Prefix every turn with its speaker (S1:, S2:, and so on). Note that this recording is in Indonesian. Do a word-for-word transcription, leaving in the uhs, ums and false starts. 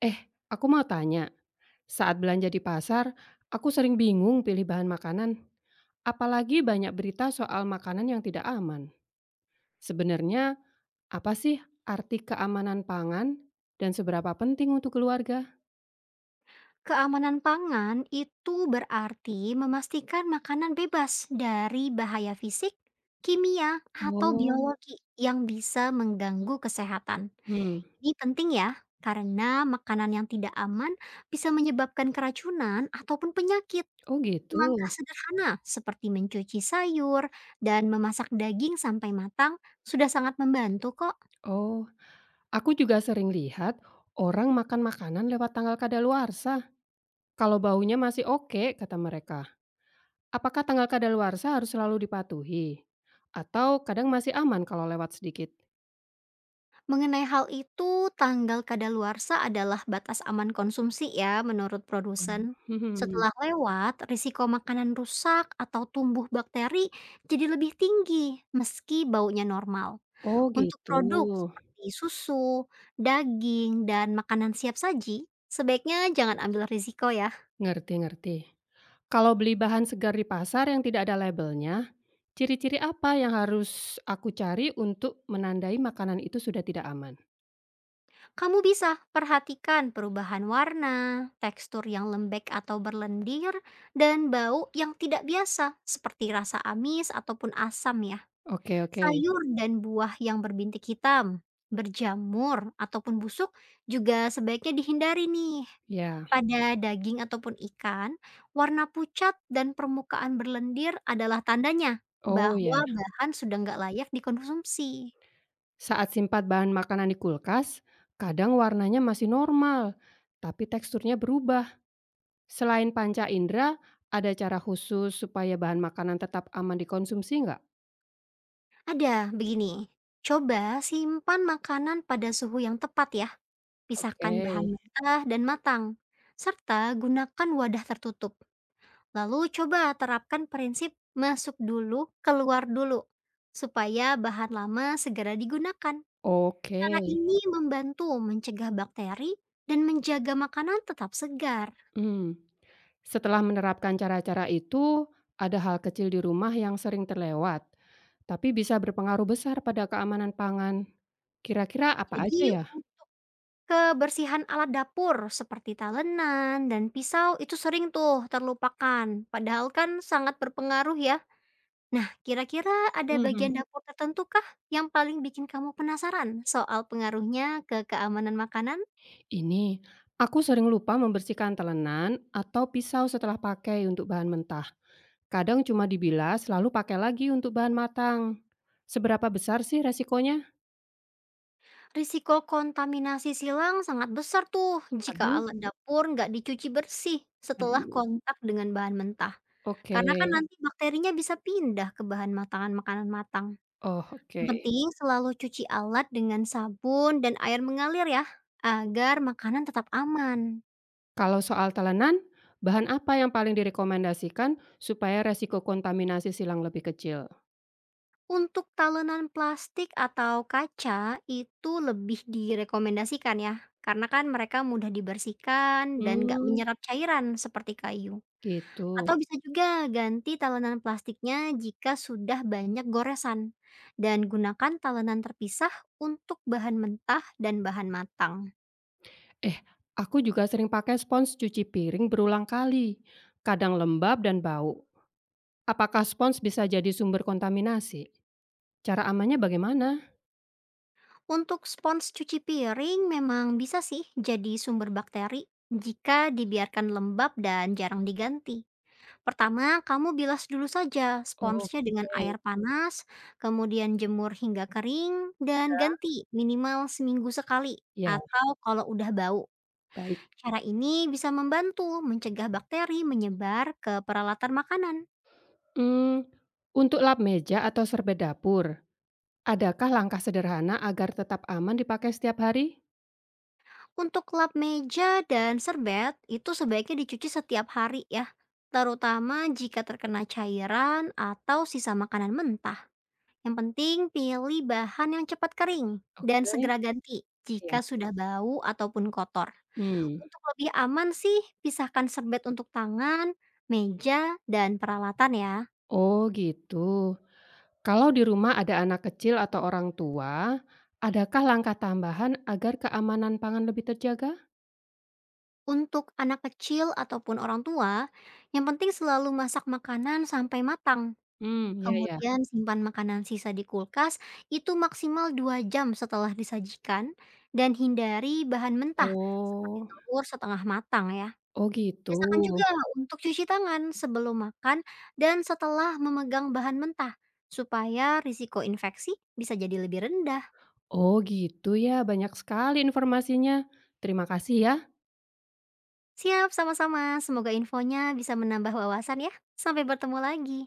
S1: Eh, aku mau tanya, saat belanja di pasar, aku sering bingung pilih bahan makanan, apalagi banyak berita soal makanan yang tidak aman. Sebenarnya, apa sih arti keamanan pangan dan seberapa penting untuk keluarga?
S2: Keamanan pangan itu berarti memastikan makanan bebas dari bahaya fisik, kimia, atau
S1: Oh,
S2: biologi yang bisa mengganggu kesehatan.
S1: hmm,
S2: Ini penting ya, karena makanan yang tidak aman bisa menyebabkan keracunan ataupun penyakit.
S1: oh gitu.
S2: Langkah sederhana seperti mencuci sayur dan memasak daging sampai matang sudah sangat membantu kok.
S1: Oh, aku juga sering lihat orang makan makanan lewat tanggal kadaluarsa. Kalau baunya masih oke, kata mereka. Apakah tanggal kadaluarsa harus selalu dipatuhi? Atau kadang masih aman kalau lewat sedikit?
S2: Mengenai hal itu, tanggal kadaluarsa adalah batas aman konsumsi ya menurut
S1: Mmm,
S2: produsen.
S1: mhm mhm.
S2: Setelah lewat, risiko makanan rusak atau tumbuh bakteri jadi lebih tinggi meski baunya normal.
S1: Oh
S2: Untuk
S1: gitu,
S2: produk seperti susu, daging, dan makanan siap saji, sebaiknya jangan ambil risiko ya.
S1: ngerti ngerti. Kalau beli bahan segar di pasar yang tidak ada labelnya, ciri-ciri apa yang harus aku cari untuk menandai makanan itu sudah tidak aman?
S2: Kamu bisa perhatikan perubahan warna, tekstur yang lembek atau berlendir, dan bau yang tidak biasa seperti rasa amis ataupun asam ya.
S1: Oke oke,
S2: Sayur dan buah yang berbintik hitam, berjamur ataupun busuk juga sebaiknya dihindari nih.
S1: ya.
S2: Pada daging ataupun ikan, warna pucat dan permukaan berlendir adalah tandanya
S1: Oh ya,
S2: bahwa bahan sudah nggak layak dikonsumsi.
S1: saat simpan bahan makanan di kulkas, kadang warnanya masih normal, tapi teksturnya berubah. Selain panca indera, ada cara khusus supaya bahan makanan tetap aman dikonsumsi nggak?
S2: Ada, begini. Coba simpan makanan pada suhu yang tepat ya.
S1: Oke,
S2: Pisahkan bahan mentah dan matang. Serta gunakan wadah tertutup. Lalu coba terapkan prinsip masuk dulu, keluar dulu. Supaya bahan lama segera digunakan.
S1: oke,
S2: Cara ini membantu mencegah bakteri dan menjaga makanan tetap segar.
S1: mmm. Setelah menerapkan cara-cara itu, ada hal kecil di rumah yang sering terlewat, tapi bisa berpengaruh besar pada keamanan pangan. Kira-kira apa aja
S2: Jadi
S1: ya?
S2: kebersihan alat dapur seperti talenan dan pisau itu sering tuh terlupakan, padahal kan sangat berpengaruh ya. Nah, kira-kira ada
S1: Mhm.
S2: bagian dapur tertentu kah yang paling bikin kamu penasaran soal pengaruhnya ke keamanan makanan?
S1: Ini, aku sering lupa membersihkan telenan atau pisau setelah pakai untuk bahan mentah. Kadang cuma dibilas, lalu pakai lagi untuk bahan matang. Seberapa besar sih resikonya?
S2: Risiko kontaminasi silang sangat besar tuh jika
S1: Aduh,
S2: alat dapur nggak dicuci bersih setelah
S1: aduh,
S2: kontak dengan bahan mentah.
S1: oke.
S2: Karena kan nanti bakterinya bisa pindah ke bahan matangan makanan matang.
S1: Oh,
S2: Yang
S1: oke.
S2: penting selalu cuci alat dengan sabun dan air mengalir ya, agar makanan tetap aman.
S1: Kalau soal telanan, bahan apa yang paling direkomendasikan supaya resiko kontaminasi silang lebih kecil?
S2: Untuk talenan plastik atau kaca itu lebih direkomendasikan ya, karena kan mereka mudah dibersihkan dan nggak
S1: Hmm,
S2: menyerap cairan seperti kayu.
S1: gitu.
S2: Atau bisa juga ganti talenan plastiknya jika sudah banyak goresan. Dan gunakan talenan terpisah untuk bahan mentah dan bahan matang.
S1: Eh, aku juga sering pakai spons cuci piring berulang kali, kadang lembab dan bau. Apakah spons bisa jadi sumber kontaminasi? Cara amannya bagaimana?
S2: Untuk spons cuci piring memang bisa sih jadi sumber bakteri jika dibiarkan lembab dan jarang diganti. Pertama, kamu bilas dulu saja sponsnya dengan
S1: Oke,
S2: air panas, kemudian jemur hingga kering, dan ganti minimal seminggu sekali
S1: ya,
S2: atau kalau udah bau.
S1: baik.
S2: Cara ini bisa membantu mencegah bakteri menyebar ke peralatan makanan.
S1: Hmm, untuk lap meja atau serbet dapur, adakah langkah sederhana agar tetap aman dipakai setiap hari?
S2: Untuk lap meja dan serbet itu sebaiknya dicuci setiap hari ya, terutama jika terkena cairan atau sisa makanan mentah. Yang penting pilih bahan yang cepat kering dan
S1: Oke,
S2: segera ganti
S1: iya,
S2: jika sudah bau ataupun kotor.
S1: hmm.
S2: Untuk lebih aman sih, pisahkan serbet untuk tangan, meja, dan peralatan ya.
S1: Oh gitu. Kalau di rumah ada anak kecil atau orang tua, adakah langkah tambahan agar keamanan pangan lebih terjaga?
S2: Untuk anak kecil ataupun orang tua, yang penting selalu masak makanan sampai matang.
S1: Hmm, ya ya.
S2: Kemudian simpan makanan sisa di kulkas itu maksimal dua jam setelah disajikan dan hindari bahan mentah seperti
S1: Oh.
S2: telur setengah matang ya.
S1: Oh gitu.
S2: Biasakan juga untuk cuci tangan sebelum makan dan setelah memegang bahan mentah supaya risiko infeksi bisa jadi lebih rendah.
S1: Oh gitu ya, banyak sekali informasinya. Terima kasih ya.
S2: Siap sama-sama, semoga infonya bisa menambah wawasan ya. Sampai bertemu lagi.